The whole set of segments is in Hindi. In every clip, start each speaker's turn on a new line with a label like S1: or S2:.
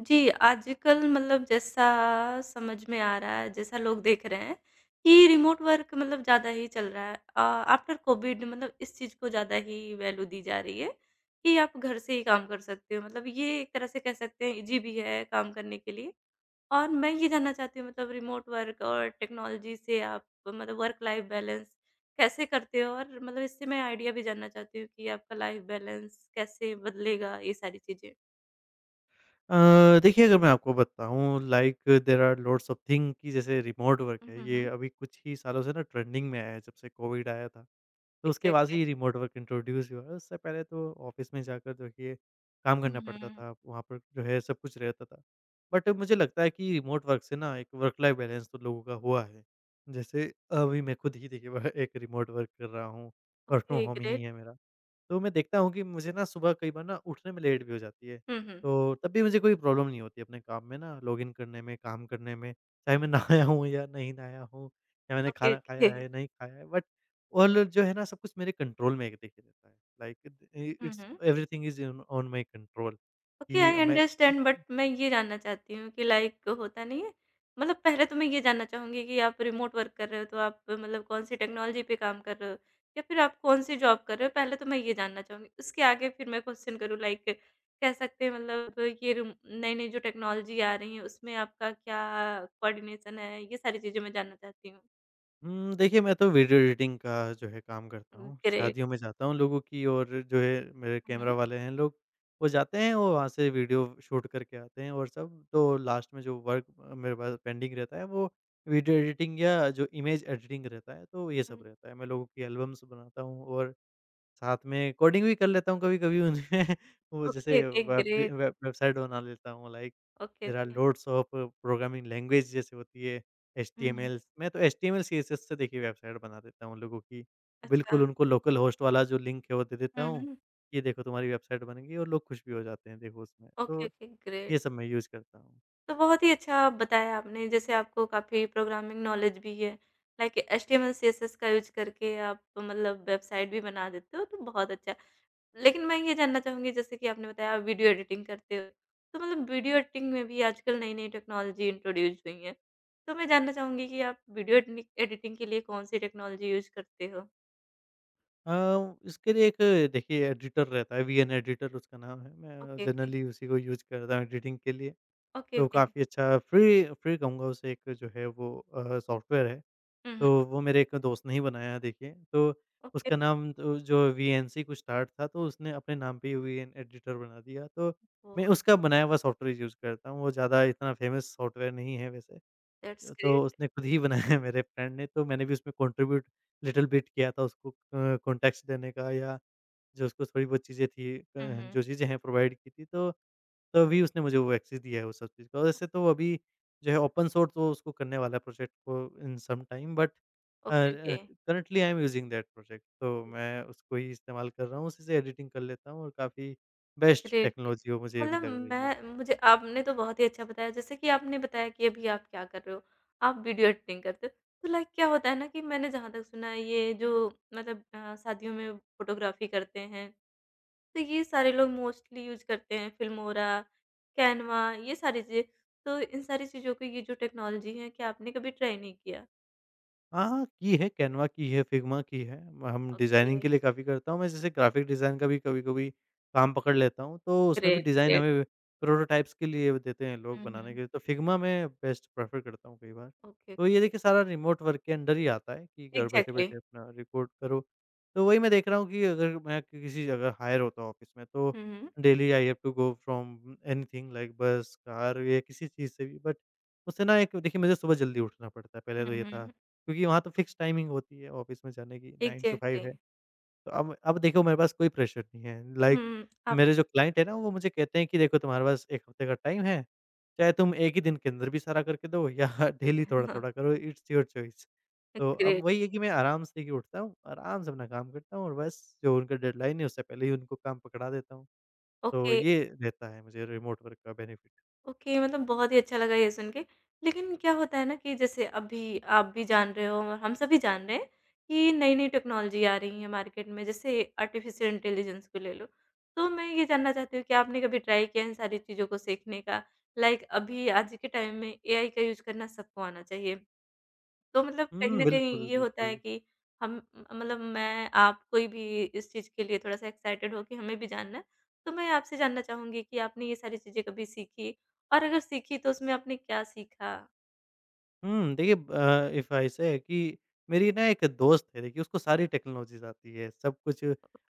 S1: जी, आजकल मतलब जैसा समझ में आ रहा है, जैसा लोग देख रहे हैं कि रिमोट वर्क मतलब ज़्यादा ही चल रहा है। आफ्टर कोविड मतलब इस चीज़ को ज़्यादा ही वैल्यू दी जा रही है कि आप घर से ही काम कर सकते हो। मतलब ये एक तरह से कह सकते हैं इज़ी भी है काम करने के लिए। और मैं ये जानना चाहती हूँ मतलब रिमोट वर्क और टेक्नोलॉजी से आप मतलब वर्क लाइफ़ बैलेंस कैसे करते हो? और मतलब इससे मैं आइडिया भी जानना चाहती हूँ कि आपका लाइफ़ बैलेंस कैसे बदलेगा ये सारी चीज़ें?
S2: देखिए अगर मैं आपको बताऊँ like there are lots of thing कि जैसे रिमोट वर्क
S1: हुँ,
S2: है
S1: हुँ,
S2: ये
S1: हुँ।
S2: अभी कुछ ही सालों से ना ट्रेंडिंग में आया है जब से कोविड आया था। तो उसके बाद से
S1: एग्ज़ैक्टली।
S2: ही रिमोट वर्क इंट्रोड्यूस हुआ है। उससे पहले तो ऑफ़िस में जाकर देखिए काम करना पड़ता
S1: Mhm.
S2: था, वहाँ पर जो है सब कुछ रहता था। बट मुझे लगता है कि रिमोट वर्क से ना एक वर्क लाइफ़ बैलेंस तो लोगों का हुआ है। जैसे अभी मैं खुद ही देखिए वह एक रिमोट वर्क कर रहा हूँ, वर्क फ्रॉम
S1: ओके
S2: होम ही
S1: ग्रेट।
S2: है मेरा। तो मैं देखता हूँ कि मुझे ना सुबह कई बार ना उठने में लेट भी हो जाती है।
S1: हुँ, हुँ।
S2: तो तब भी मुझे कोई प्रॉब्लम नहीं होती अपने काम में ना लॉगिन करने में, काम करने में, चाहे मैं नहाया हूँ या नहीं नहाया हूँ, या मैंने
S1: ओके,
S2: खाना
S1: ओके।
S2: खाया है, नहीं खाया है, बट ऑल जो है ना सब कुछ मेरे कंट्रोल में एक देखिए रहता है। Like it
S1: hmm,
S2: it's
S1: hmm.
S2: Everything is in on my control
S1: okay
S2: कि
S1: आई
S2: मैं।
S1: अंडरस्टैंड बट मैं ये जानना चाहती हूँ कि लाइक होता नहीं है मतलब पहले तो मैं ये जानना चाहूँगी कि आप रिमोट वर्क कर रहे हो तो आप मतलब कौन-सी टेक्नोलॉजी पे काम कर रहे हो? या फिर आप कौन-सी जॉब कर रहे हो? पहले तो मैं ये जानना चाहूँगी। उसके आगे फिर मैं क्वेश्चन करूँ लाइक कह सकते हैं मतलब ये रिम नई-नई जो टेक्नोलॉजी आ रही है उसमें आपका क्या कोऑर्डिनेशन है? ये सारी चीज़ें मैं जानना चाहती हूँ।
S2: देखिए मैं तो वीडियो एडिटिंग का जो है काम करता हूँ,
S1: ग्रेट।
S2: शादियों में जाता हूँ लोगों की और जो है मेरे
S1: हुँ,
S2: कैमरा
S1: हुँ।
S2: वाले हैं लोग, वो जाते हैं और वहाँ से वीडियो शूट करके आते हैं और सब तो लास्ट में जो वर्क मेरे पास पेंडिंग रहता है वो वीडियो एडिटिंग या जो इमेज एडिटिंग रहता है, तो ये
S1: हुँ,
S2: सब रहता है। मैं लोगों की एल्बम्स बनाता हूँ और साथ में कोडिंग भी कर लेता हूँ कभी-कभी उनमें वो जैसे
S1: okay, okay
S2: web day
S1: great.
S2: Web website बना लेता हूँ like
S1: okay,
S2: there are
S1: okay.
S2: Loads of programming language जैसे होती है
S1: हुँ।
S2: एचटीएमएल, मैं तो एचटीएमएल सीएसएस से देखिए वेबसाइट बना देता हूँ उन लोगों की।
S1: अच्छा।
S2: बिल्कुल उनको लोकल होस्ट वाला जो लिंक है वो दे देता हूँ,
S1: हुँ।
S2: ये देखो तुम्हारी वेबसाइट बन गई और लोग खुश भी हो जाते हैं देखो उसमें। तो
S1: ओके, ओके, ग्रेट।
S2: ये सब मैं यूज़ करता हूँ।
S1: तो बहुत ही अच्छा बताया आपने, जैसे आपको काफ़ी प्रोग्रामिंग नॉलेज भी है। लाइक एचटीएमएल, सीएसएस का यूज़ करके आप मतलब वेबसाइट भी बना देते हो, तो बहुत अच्छा। लेकिन मैं ये जानना चाहूँगी जैसे कि आपने बताया आप वीडियो एडिटिंग करते हो, तो मतलब वीडियो एडिटिंग में भी आजकल नई-नई टेक्नोलॉजी इंट्रोड्यूस हुई हैं। तो मैं जानना चाहूँगी कि आप वीडियो एडिटिंग एडिटिंग के लिए कौन-सी टेक्नोलॉजी यूज़ करते हो?
S2: इसके लिए एक देखिए एडिटर रहता है, वीएन एडिटर उसका नाम है। मैं
S1: ओके, ओके।
S2: जनरली उसी को यूज़ करता हूँ एडिटिंग के लिए।
S1: ओके,
S2: तो
S1: ओके।
S2: काफ़ी अच्छा फ्री फ्री कहूँगा उसे, एक जो है वो सॉफ्टवेयर है,
S1: हुँ, हुँ।
S2: तो वो मेरे एक दोस्त ने ही बनाया है, देखिए, तो
S1: ओके,
S2: उसका नाम तो जो वीएनसी कुछ स्टार्ट था, तो उसने अपने नाम पे ही वीएन एडिटर बना दिया, तो
S1: ओह!
S2: मैं उसका बनाया हुआ सॉफ्टवेयर यूज़ करता हूँ, वो ज़्यादा इतना फेमस सॉफ्टवेयर नहीं है वैसे।
S1: दैट्स
S2: तो
S1: ग्रेट।
S2: उसने खुद ही बनाया है मेरे फ्रेंड ने, तो मैंने भी उसमें कंट्रीब्यूट लिटिल बिट किया था उसको कॉन्टेक्स्ट देने का या जो उसको थोड़ी बहुत चीज़ें थी
S1: हुँ, हुँ।
S2: जो चीज़ें हैं प्रोवाइड की थी, तो अभी उसने मुझे वो एक्सेस दिया है वो सब चीज़ का। वैसे तो अभी जो है ओपन सोर्स वो उसको करने वाला है प्रोजेक्ट को in some time, but uh
S1: okay, okay.
S2: Uh, currently I am using that project, तो मैं उसको ही इस्तेमाल कर रहा हूँ, उसी से एडिटिंग कर लेता हूँ और काफ़ी बेस्ट
S1: ग्रेट, ग्रेट।
S2: टेक्नोलॉज़ी वो मुझे अभी
S1: मतलब
S2: लग रही है।
S1: मैं मुझे आपने तो बहुत ही अच्छा बताया जैसे कि आपने बताया कि अभी आप क्या कर रहे हो, आप वीडियो एडिटिंग करते हो। तो लाइक क्या होता है ना कि मैंने जहाँ तक सुना है ये जो मतलब शादियों में फ़ोटोग्राफ़ी करते हैं, तो ये सारे लोग मोस्टली यूज़ करते हैं फ़िल्मोरा, कैनवा ये सारी चीज़ें। तो इन सारी चीज़ों को ये जो टेक्नोलॉजी है क्या आपने कभी ट्राई नहीं किया?
S2: हाँ, हाँ, की है, कैनवा की है, फिग्मा की है। हम
S1: ओके,
S2: डिज़ाइनिंग के लिए काफ़ी करता हूँ मैं, जैसे ग्राफ़िक डिज़ाइन का भी कभी-कभी काम पकड़ लेता हूँ, तो उसमें भी
S1: ग्रेट,
S2: डिज़ाइन
S1: ग्रेट।
S2: हमें प्रोटोटाइप्स के लिए देते हैं लोग
S1: हुँ,
S2: बनाने
S1: हुँ।
S2: के लिए, तो फिग्मा मैं बेस्ट प्रेफ़र करता हूँ कई बार।
S1: ओके,
S2: तो ये
S1: ओके।
S2: देखिए सारा रिमोट वर्क के अंडर ही आता है कि घर
S1: एग्ज़ैक्टली।
S2: बैठे-बैठे अपना रिकॉर्ड करो। तो वही मैं देख रहा हूँ कि अगर मैं किसी जगह हायर होता हूँ ऑफ़िस में, तो
S1: हुँ, हुँ।
S2: Daily I have to go from anything like bus, car या किसी चीज़ से भी, बट उससे ना एक देखिए मुझे सुबह जल्दी उठना पड़ता है, पहले
S1: हुँ,
S2: तो ये था।
S1: हुँ।
S2: क्योंकि वहाँ तो फिक्स टाइमिंग होती है ऑफ़िस में जाने की, 9 टू
S1: एग्ज़ैक्टली।
S2: 5 है। तो अब देखो मेरे पास कोई प्रेशर नहीं है, लाइक
S1: हुँ, आप
S2: मेरे जो क्लाइंट है ना वो मुझे कहते हैं कि देखो तुम्हारे पास 1 हफ़्ते का टाइम है, चाहे तुम एक ही दिन के अंदर भी सारा करके दो या डेली थोड़ा-थोड़ा करो, इट्स योर चॉइस। तो
S1: ग्रेट।
S2: अब वही है कि मैं आराम से ही उठता हूँ, आराम से अपना काम करता हूँ और बस जो उनका डेडलाइन है उससे पहले ही उनको काम पकड़ा देता हूँ। तो
S1: ओके,
S2: ये रहता है मुझे रिमोट वर्क का बेनिफिट।
S1: ओके मतलब बहुत ही अच्छा लगा ये सुन के। लेकिन क्या होता है ना कि जैसे अभी आप भी जान रहे हो और हम सभी जान रहे हैं कि नई-नई टेक्नोलॉजी आ रही है मार्केट में जैसे आर्टिफ़िशियल इंटेलिजेंस को ले लो। तो मैं ये जानना चाहती हूँ कि आपने कभी ट्राई किया है इन सारी चीज़ों को सीखने का? लाइक अभी आज के टाइम में एआई का यूज़ करना सबको आना चाहिए। तो मतलब कहीं
S2: हुँ,
S1: न कहीं
S2: बिल्कुल,
S1: ये होता है
S2: बिल्कुल।
S1: कि हम मतलब मैं आप कोई भी इस चीज़ के लिए थोड़ा-सा एक्साइटेड हो कि हमें भी जानना है। तो मैं आपसे जानना चाहूँगी कि आपने ये सारी चीज़ें कभी सीखी? और अगर सीखी तो उसमें आपने क्या सीखा?
S2: हुँ, देखिए इफ़ ऐसे है कि मेरी ना एक दोस्त है, देखिए उसको सारी टेक्नोलॉजीज़ आती है, सब कुछ।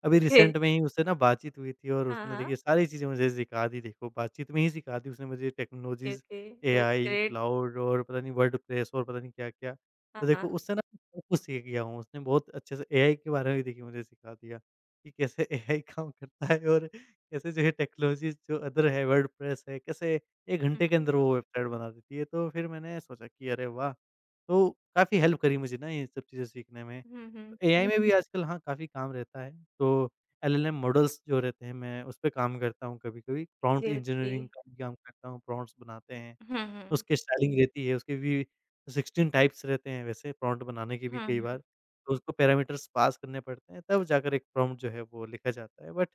S2: अभी
S1: ओके।
S2: रिसेंट में ही उससे ना बातचीत हुई थी और
S1: हाँ,
S2: उसने
S1: हाँ।
S2: देखिए सारी चीज़ें मुझे सिखा दी, देखो बातचीत में ही सिखा दी उसने मुझे
S1: okay,
S2: technologies,
S1: okay. That's
S2: AI,
S1: great.
S2: Cloud और पता नहीं वर्डप्रेस और पता नहीं क्या-क्या।
S1: हाँ,
S2: तो
S1: हाँ।
S2: देखो उससे ना सब कुछ सीख गया हूँ, उसने बहुत अच्छे से एआई के बारे में भी देखिए मुझे सिखा दिया, कि कैसे एआई काम करता है और कैसे जो है टेक्नोलॉजीज़ जो अदर है वर्डप्रेस है, कैसे 1
S1: हुँ,
S2: घंटे के
S1: हुँ।
S2: अंदर वो वेबसाइट बना देती है। तो फिर मैंने सोचा कि अरे वाह! तो काफ़ी हेल्प करी मुझे ना ये सब चीज़ें सीखने में।
S1: हुँ, हुँ।
S2: तो एआई में भी हुँ। आजकल हाँ, काफ़ी काम रहता है। तो एलएलएम मॉडल्स जो रहते हैं मैं उस पे काम करता हूँ कभी-कभी। Prompt
S1: exactly.
S2: इंजीनियरिंग का भी काम करता हूँ, प्रॉम्प्ट्स बनाते हैं।
S1: हुँ, हुँ।
S2: उसकी स्टाइलिंग रहती है, उसके भी 16 टाइप्स रहते हैं वैसे प्रॉम्प्ट बनाने के, भी
S1: हुँ,
S2: कई
S1: हुँ।
S2: बार, तो उसको पैरामीटर्स पास करने पड़ते हैं तब जाकर एक प्रॉम्प्ट जो है वो लिखा जाता है। बट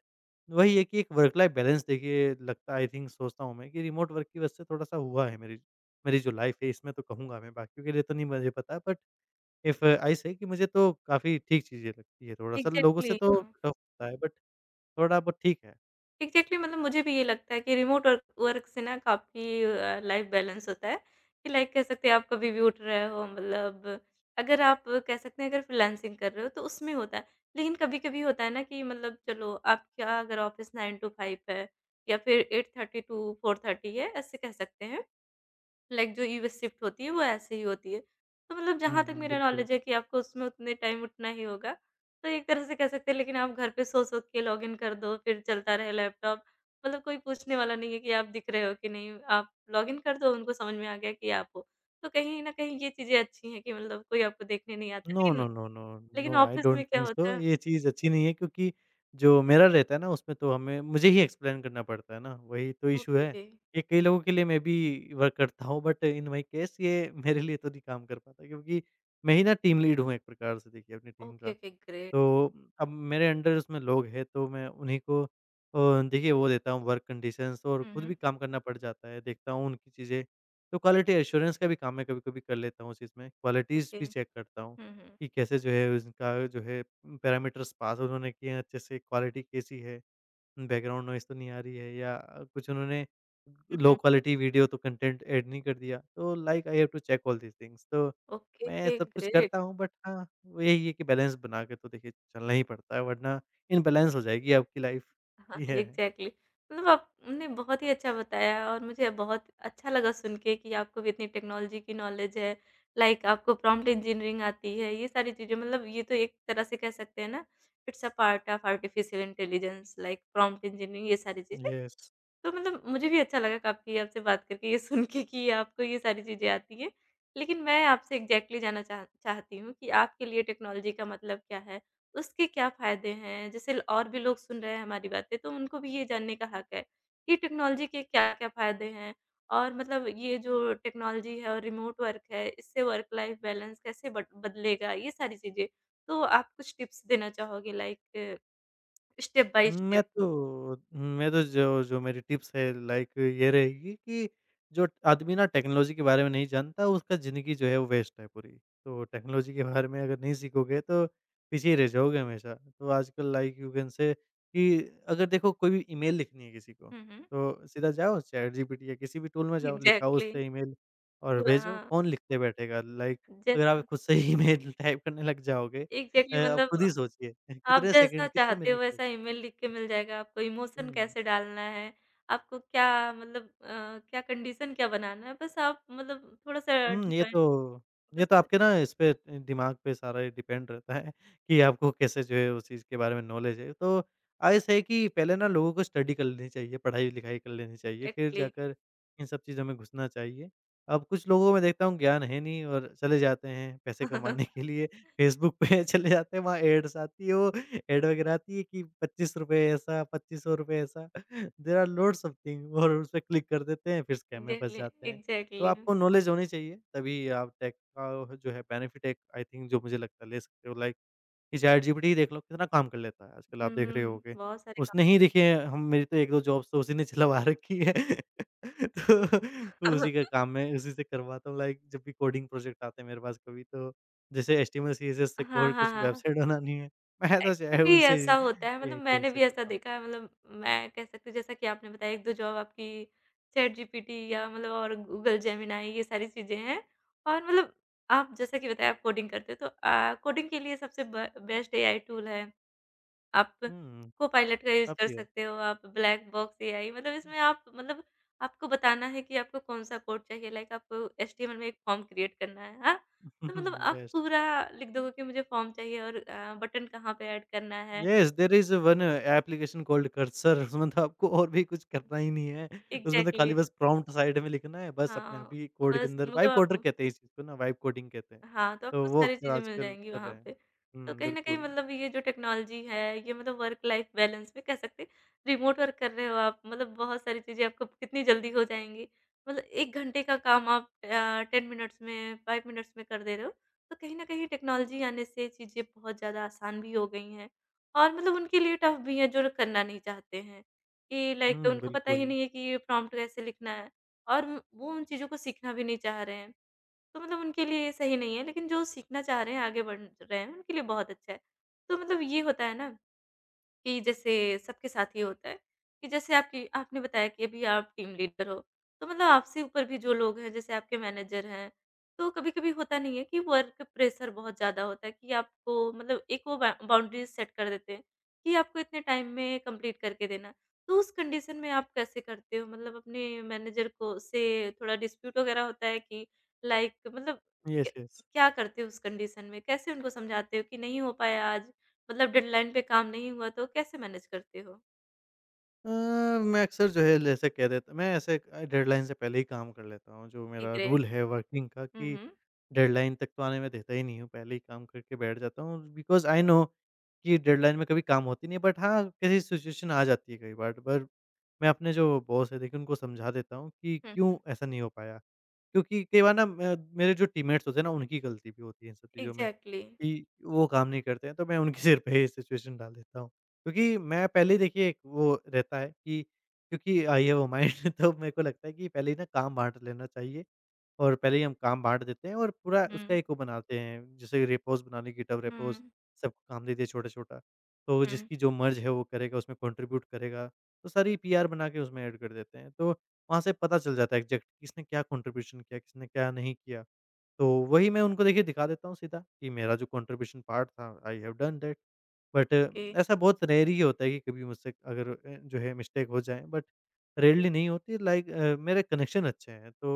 S2: वही है कि एक वर्क लाइफ बैलेंस देखिए लगता है, आई थिंक सोचता हूँ मैं कि रिमोट वर्क की वजह से थोड़ा-सा हुआ है मेरी मेरी जो लाइफ है इसमें, तो कहूँगा मैं, बाकियों के लिए तो नहीं मुझे पता, बट इफ आई से कि मुझे तो काफ़ी ठीक चीज़ें लगती है, थोड़ा-सा लोगों से
S1: एग्ज़ैक्टली,
S2: तो
S1: हाँ।
S2: टफ होता है बट थोड़ा बहुत ठीक है।
S1: एग्ज़ैक्टली मतलब मुझे भी ये लगता है कि रिमोट वर्क वर्क से ना काफ़ी लाइफ़ बैलेंस होता है, कि लाइक कह सकते हैं आप कभी भी उठ रहे हो मतलब अगर आप कह सकते हैं अगर फ्रीलांसिंग कर रहे हो तो उसमें होता है। लेकिन कभी-कभी होता है ना कि मतलब चलो आपका अगर ऑफ़िस 9 टू 5 है या फिर 8:30 टू 4:30 है ऐसे कह सकते हैं। लाइक जो यूएस शिफ्ट होती है वो ऐसे ही होती है। तो मतलब
S2: हुँ,
S1: जहाँ तक
S2: हुँ,
S1: मेरा
S2: बिल्कुल।
S1: नॉलेज है कि आपको उसमें उतने टाइम उठना ही होगा। तो एक तरह से कह सकते हैं लेकिन आप घर पे सो-सो के लॉगिन कर दो फिर चलता रहे लैपटॉप। मतलब कोई पूछने वाला नहीं है कि आप दिख रहे हो कि नहीं? आप लॉगिन कर दो उनको समझ में आ गया कि आप हो। तो कहीं न कहीं ये चीज़ें अच्छी हैं कि मतलब कोई आपको देखने नहीं आता।
S2: नो, नो,
S1: लेकिन
S2: नो, नो,
S1: लेकिन
S2: नो, आई
S1: ऑफ़िस
S2: डोंट
S1: में क्या
S2: थिंक सो,
S1: होता है
S2: ये चीज़ अच्छी नहीं है क्योंकि जो मेरा रहता है ना उसमें तो हमें मुझे ही एक्सप्लेन करना पड़ता है ना, वही तो इश्यू
S1: ओके,
S2: है।
S1: ओके।
S2: ये कई लोगों के लिए मैं भी वर्क करता हूँ, बट इन माय केस ये मेरे लिए तो नहीं काम कर पाता, क्योंकि मैं ही ना टीम लीड हूँ एक प्रकार से, देखिए अपनी टीम
S1: ओके,
S2: का।
S1: Okay great.
S2: तो अब मेरे अंडर उसमें लोग हैं तो मैं उन्हीं को देखिए वो देता हूँ वर्क कंडीशंस और
S1: हुँ,
S2: खुद
S1: हुँ।
S2: भी काम करना पड़ जाता है, देखता हूँ उनकी चीज़ें। तो क्वालिटी एश्योरेंस का भी काम मैं कभी-कभी कर लेता हूँ उस चीज़ में, क्वालिटीज़
S1: ओके।
S2: भी चेक करता हूँ
S1: हुँ, हुँ।
S2: कि कैसे जो है उनका जो है पैरामीटर्स पास उन्होंने किए हैं अच्छे से, क्वालिटी कैसी है। बैकग्राउंड नॉइज़ तो नहीं आ रही है या कुछ उन्होंने
S1: hmm,
S2: low
S1: hmm.
S2: Quality video तो कंटेंट ऐड नहीं कर दिया। तो like I have to check all these things, तो
S1: ओके,
S2: मैं
S1: ओके
S2: सब कुछ
S1: ग्रेट।
S2: करता हूँ, बट हाँ, वो यही है कि बैलेंस बना के तो देखिए चलना ही पड़ता है, वरना इम्बैलेंस हो जाएगी आपकी लाइफ़।
S1: हाँ,
S2: ये है।
S1: एग्ज़ैक्टली मतलब आपने बहुत ही अच्छा बताया और मुझे बहुत अच्छा लगा सुन के कि आपको भी इतनी टेक्नोलॉजी की नॉलेज है। लाइक आपको प्रॉम्प्ट इंजीनियरिंग आती है, ये सारी चीज़ें मतलब ये तो एक तरह से कह सकते हैं ना, it's a part of artificial intelligence like prompt engineering ये सारी चीज़ें
S2: यस।
S1: तो मतलब मुझे भी अच्छा लगा काफ़ी आपसे बात करके ये सुन के कि आपको ये सारी चीज़ें आती हैं। लेकिन मैं आपसे एग्ज़ैक्टली जानना चाहती हूँ कि आपके लिए टेक्नोलॉजी का मतलब क्या है? उसके क्या फ़ायदे हैं? जैसे ल और भी लोग सुन रहे हैं हमारी बातें तो उनको भी ये जानने का हक है कि टेक्नोलॉजी के क्या-क्या फ़ायदे हैं? और मतलब ये जो टेक्नोलॉजी है और रिमोट वर्क है इससे वर्क लाइफ़ बैलेंस कैसे बट बदलेगा? ये सारी चीज़ें। तो आप कुछ टिप्स देना चाहोगे लाइक स्टेप बाय
S2: मैं
S1: स्टेप?
S2: तो मैं तो जो जो मेरी टिप्स है लाइक ये रहेगी कि जो आदमी ना टेक्नोलॉजी के बारे में नहीं जानता उसका ज़िंदगी जो है वो वेस्ट है पूरी। तो टेक्नोलॉजी के बारे में अगर नहीं सीखोगे तो पीछे ही रह जाओगे हमेशा। तो आजकल लाइक यू कैन से कि अगर देखो कोई भी ईमेल लिखनी है किसी को
S1: हुँ, हुँ।
S2: तो सीधा जाओ चैटजीपीटी या किसी भी टूल में जाओ, लिखाओ
S1: एग्ज़ैक्टली
S2: उससे ईमेल और
S1: पूरा
S2: भेजो।
S1: हाँ।
S2: कौन लिखते बैठेगा? लाइक अगर आप
S1: जैसा
S2: खुद से ही ईमेल टाइप करने लग जाओगे,
S1: एग्ज़ैक्टली
S2: आप खुद ही
S1: मतलब
S2: सोचिए
S1: आप
S2: कितने
S1: जैसा
S2: सेकंड कितने
S1: चाहते हो
S2: मिनट
S1: वैसा
S2: लगेंगे।
S1: ईमेल लिख के मिल जाएगा आपको, इमोशन
S2: हुँ।
S1: कैसे डालना है, आपको क्या मतलब क्या कंडीशन क्या बनाना है, बस आप मतलब थोड़ा-सा
S2: हुँ, ये
S1: डिफाइन
S2: तो ये
S1: बस
S2: तो आपके ना इस पे दिमाग पे सारा ही डिपेंड रहता है कि आपको कैसे जो है उस चीज़ के बारे में नॉलेज है। तो आइस है कि पहले ना लोगों को स्टडी कर लेनी चाहिए, पढ़ाई-लिखाई कर लेनी चाहिए, फिर
S1: एक्टली
S2: जाकर इन सब चीज़ों में घुसना चाहिए। अब कुछ लोगों में देखता हूँ ज्ञान है नहीं, और चले जाते हैं पैसे कमाने के लिए फेसबुक पे चले जाते हैं, वहाँ एड्स आती है, वो एड वगैरह आती है कि ₹25 ऐसा, ₹2500 ऐसा, there are loads of thing, और उस पे क्लिक कर देते हैं, फिर स्कैम में फँस
S1: एग्ज़ैक्टली
S2: जाते हैं। तो
S1: एग्ज़ैक्टली
S2: आपको नॉलेज होनी चाहिए, तभी आप टेक का जो है बेनिफिट एक आई थिंक जो मुझे लगता है ले सकते हो, लाइक कि चैटजीपीटी ही देख लो, कितना काम कर लेता है आजकल
S1: हुँ,
S2: आप देख रहे होगे।
S1: बहुत सारे काम
S2: उसने ही देखिए हम मेरी तो 1-2 जॉब्स तो उसी ने चलवा रखी है। तो उसी का काम मैं उसी से करवाता हूँ, लाइक जब भी कोडिंग प्रोजेक्ट आते हैं मेरे पास कभी, तो जैसे एचटीएमएल सीएसएस से
S1: हाँ,
S2: कोई
S1: हाँ,
S2: कुछ
S1: हाँ।
S2: वेबसाइट बनानी है, मैं तो चाहे
S1: एक्चुअली
S2: उनसे
S1: ऐसा
S2: ही
S1: होता है मतलब
S2: ये टूल
S1: मैंने
S2: से
S1: भी ऐसा
S2: करता हूँ।
S1: देखा है मतलब मैं कह सकती हूँ जैसा कि आपने बताया 1-2 जॉब आपकी चैट जीपीटी या मतलब और गूगल जेमिनाई ये सारी चीज़ें हैं और मतलब आप जैसा कि बताया आप कोडिंग करते हो तो कोडिंग के लिए सबसे ब बेस्ट एआई टूल है। आप
S2: हुँ,
S1: कोपायलट का यूज़ कर
S2: काफ़ी है।
S1: सकते हो, आप ब्लैक बॉक्स एआई मतलब इसमें आप मतलब आपको बताना है कि आपको कौन-सा कोड चाहिए लाइक आपको एचटीएमएल में एक फॉर्म क्रिएट करना है, हाँ? तो मतलब आप
S2: बेस्ट।
S1: पूरा लिख दोगे कि मुझे फॉर्म चाहिए और बटन कहाँ पे ऐड करना है
S2: yes, there is one application called Cursor, उसमें तो आपको और भी कुछ करना ही नहीं है। उसमें तो
S1: एग्ज़ैक्टली
S2: खाली बस प्रॉम्प्ट साइड में लिखना है, बस अपने
S1: हाँ,
S2: आप ही कोड के
S1: बस
S2: अंदर
S1: मतलब
S2: वाइब कोडर
S1: आप
S2: कहते हैं इस चीज़ को ना, वाइब कोडिंग कहते हैं।
S1: हाँ, तो
S2: तो
S1: आपको
S2: वो
S1: सारी
S2: अक्सर
S1: चीज़ें मिल
S2: आजकल
S1: जाएँगी
S2: कर
S1: वहाँ
S2: रहे
S1: पे।
S2: हैं।
S1: तो
S2: हुँ,
S1: कहीं न कहीं
S2: बिल्कुल।
S1: मतलब ये जो टेक्नोलॉजी है, ये मतलब वर्क लाइफ़ बैलेंस भी कह सकते हैं। रिमोट वर्क कर रहे हो आप, मतलब बहुत सारी चीज़ें आपको कितनी जल्दी हो जाएँगी। मतलब 1 घंटे का काम आप 10 मिनट्स में, 5 मिनट्स में कर दे रहे हो। तो कहीं न कहीं टेक्नोलॉजी आने से चीज़ें बहुत ज़्यादा आसान भी हो गई हैं और मतलब उनके लिए टफ़ भी है, जो करना नहीं चाहते हैं। कि लाइक
S2: हुँ,
S1: उनको पता ही
S2: बिल्कुल।
S1: नहीं है कि ये प्रॉम्प्ट कैसे लिखना है और वो उन चीज़ों को सीखना भी नहीं चाह रहे हैं। तो मतलब उनके लिए ये सही नहीं है, लेकिन जो सीखना चाह रहे हैं, आगे बढ़ रहे हैं, उनके लिए बहुत अच्छा है। तो मतलब ये होता है ना कि जैसे सबके साथ ही होता है कि जैसे आपकी आपने बताया कि अभी आप टीम लीडर हो, तो मतलब आपसे ऊपर भी जो लोग हैं, जैसे आपके मैनेजर हैं, तो कभी-कभी होता नहीं है कि वर्क प्रेशर बहुत ज़्यादा होता है कि आपको मतलब एक वो बा बाउंड्रीज़ सेट कर देते हैं कि आपको इतने टाइम में कंप्लीट करके देना है। तो उस कंडीशन में आप कैसे करते हो? मतलब अपने मैनेजर को से थोड़ा डिस्प्यूट वगैरह होता है कि लाइक मतलब क
S2: येस, येस।
S1: क्या करते हो उस कंडीशन में? कैसे उनको समझाते हो कि नहीं हो पाया आज? मतलब डेडलाइन पे काम नहीं हुआ तो कैसे मैनेज करते हो?
S2: अ, मैं अक्सर जो है जैसे कह देता, मैं ऐसे डेडलाइन से पहले ही काम कर लेता हूँ, जो
S1: ओके,
S2: मेरा
S1: ग्रेट।
S2: रूल है वर्किंग का
S1: हुँ,
S2: कि
S1: हुँ।
S2: डेडलाइन तक तो आने मैं देता ही नहीं हूँ, पहले ही काम करके बैठ जाता हूँ, बिकॉज़ आई नो कि डेडलाइन में कभी काम होती नहीं है। बट हाँ, कैसी सिचुएशन आ जाती है कई बार, पर मैं अपने जो बॉस है देखिए उनको समझा देता हूँ कि
S1: हुँ,
S2: क्यों ऐसा नहीं हो पाया। क्योंकि कई बार ना म मेरे जो टीममेट्स होते हैं ना, उनकी गलती भी होती है इन सब चीज़ों में,
S1: एग्ज़ैक्टली।
S2: कि वो काम नहीं करते हैं, तो मैं उनके सिर पे ये सिचुएशन डाल देता हूँ। क्योंकि मैं पहले ही देखिए एक वो रहता है कि, क्योंकि आई हैव अ माइंड, तो मेरे को लगता है कि पहले ही ना काम बाँट लेना चाहिए, और पहले ही हम काम बाँट देते हैं, और पूरा उसका
S1: हुँ,
S2: एक वो बनाते हैं, जैसे रेपोज़ बना ली, गिटहब रेपोज़,
S1: हुँ,
S2: सबको काम दे दिया छोटा-छोटा। तो
S1: हुँ,
S2: जिसकी जो मर्ज़ है वो करेगा, उसमें कॉन्ट्रिब्यूट करेगा, तो सारी पीआर बना के उसमें ऐड कर देते हैं। तो वहाँ से पता चल जाता है एग्ज़ैक्ट किसने क्या कॉन्ट्रिब्यूशन किया, किसने क्या नहीं किया। तो वही मैं उनको देखिए दिखा देता हूँ सीधा, कि मेरा जो कॉन्ट्रिब्यूशन पार्ट था, I have done that. But
S1: okay,
S2: ऐसा बहुत रेयर ही होता है कि कभी मुझसे अगर जो है मिस्टेक हो जाए, बट रेयरली नहीं होती, लाइक मेरे कनेक्शन अच्छे हैं, तो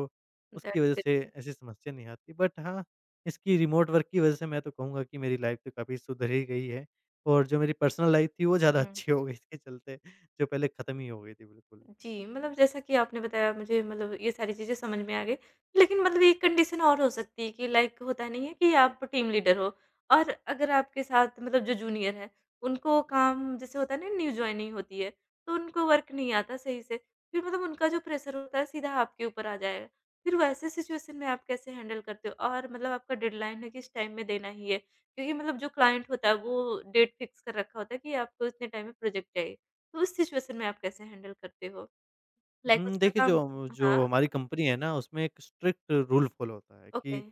S2: उसकी
S1: दैट्स
S2: वजह से
S1: ग्रेट।
S2: ऐसी समस्या नहीं आती। बट हाँ, इसकी रिमोट वर्क की वजह से मैं तो कहूँगा कि मेरी लाइफ तो काफ़ी सुधर ही गई है, और जो मेरी पर्सनल लाइफ थी वो ज़्यादा
S1: हुँ।
S2: अच्छी हो गई इसके चलते, जो पहले ख़त्म ही हो गई थी बिल्कुल।
S1: जी, मतलब जैसा कि आपने बताया मुझे मतलब ये सारी चीज़ें समझ में आ गई। लेकिन मतलब एक कंडीशन और हो सकती है कि लाइक होता नहीं है कि आप टीम लीडर हो और अगर आपके साथ मतलब जो जूनियर है, उनको काम जैसे होता है ना न्यू जॉइनिंग होती है, तो उनको वर्क नहीं आता सही से। फिर मतलब उनका जो प्रेशर होता है सीधा आपके ऊपर आ जाएगा। फिर वैसे सिचुएशन में आप कैसे हैंडल करते हो? और मतलब आपका डेडलाइन है कि इस टाइम में देना ही है, क्योंकि मतलब जो क्लाइंट होता है वो डेट फिक्स कर रखा होता है कि आपको इतने टाइम में प्रोजेक्ट चाहिए। तो उस सिचुएशन में आप कैसे हैंडल करते हो? लाइक
S2: हुँ,
S1: उसका
S2: देखिए
S1: काम
S2: जो जो
S1: हाँ,
S2: हमारी कंपनी है ना, उसमें एक स्ट्रिक्ट रूल फॉलो होता है
S1: ओके।
S2: कि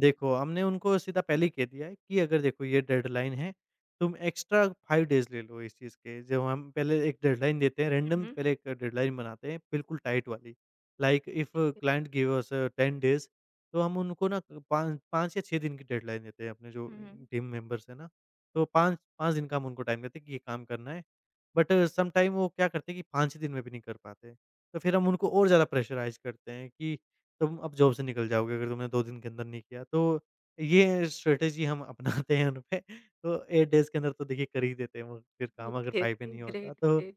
S2: देखो, हमने उनको सीधा पहले ही कह दिया है कि अगर देखो ये डेडलाइन है, तुम एक्स्ट्रा 5 डेज़ ले लो इस चीज़ के। जब हम पहले एक डेडलाइन देते हैं,
S1: हुँ,
S2: रैंडम
S1: हुँ।
S2: पहले एक डेडलाइन बनाते हैं बिल्कुल टाइट वाली। Like if client give us 10 days, तो हम उनको ना पाँच 5 या 6 दिन की डेडलाइन देते हैं अपने जो
S1: हुँ, हुँ।
S2: टीम मेंबर्स हैं ना, तो 5 दिन का हम उनको टाइम देते हैं कि ये काम करना है। बट समटाइम वो क्या करते हैं कि 5 दिन में भी नहीं कर पाते। तो फिर हम उनको और ज़्यादा प्रेशराइज़ करते हैं कि तुम अब जॉब से निकल जाओगे अगर तुमने 2 दिन के अंदर नहीं किया। तो ये स्ट्रैटेजी हम अपनाते हैं उनपे, तो 8 डेज़ के अंदर तो देखिए कर ही देते हैं वो फिर काम, अगर
S1: ओके,
S2: 5 पे
S1: ओके,
S2: नहीं होता
S1: ग्रेट,
S2: तो।
S1: ग्रेट।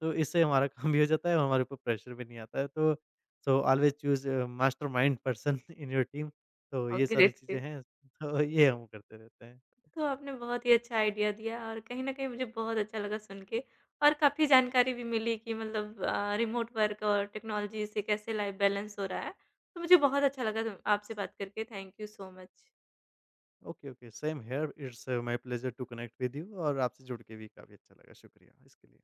S2: तो इससे हमारा काम भी हो जाता है और हमारे ऊपर प्रेशर भी नहीं आता है, तो so always choose mastermind person in your team, तो
S1: ओह,
S2: ये सारी
S1: ग्रेट,
S2: चीज़ें
S1: ग्रेट।
S2: हैं। तो ये हम करते रहते हैं।
S1: तो आपने बहुत ही अच्छा आइडिया दिया और कहीं न कहीं मुझे बहुत अच्छा लगा सुन के और काफ़ी जानकारी भी मिली कि मतलब रिमोट वर्क और टेक्नोलॉजी से कैसे लाइफ बैलेंस हो रहा है। तो मुझे बहुत अच्छा लगा तुम आपसे बात करके। Thank you so much.
S2: Okay, okay, same here, it's my pleasure to connect with you, और आपसे जुड़ के भी काफ़ी अच्छा लगा। शुक्रिया इसके लिए।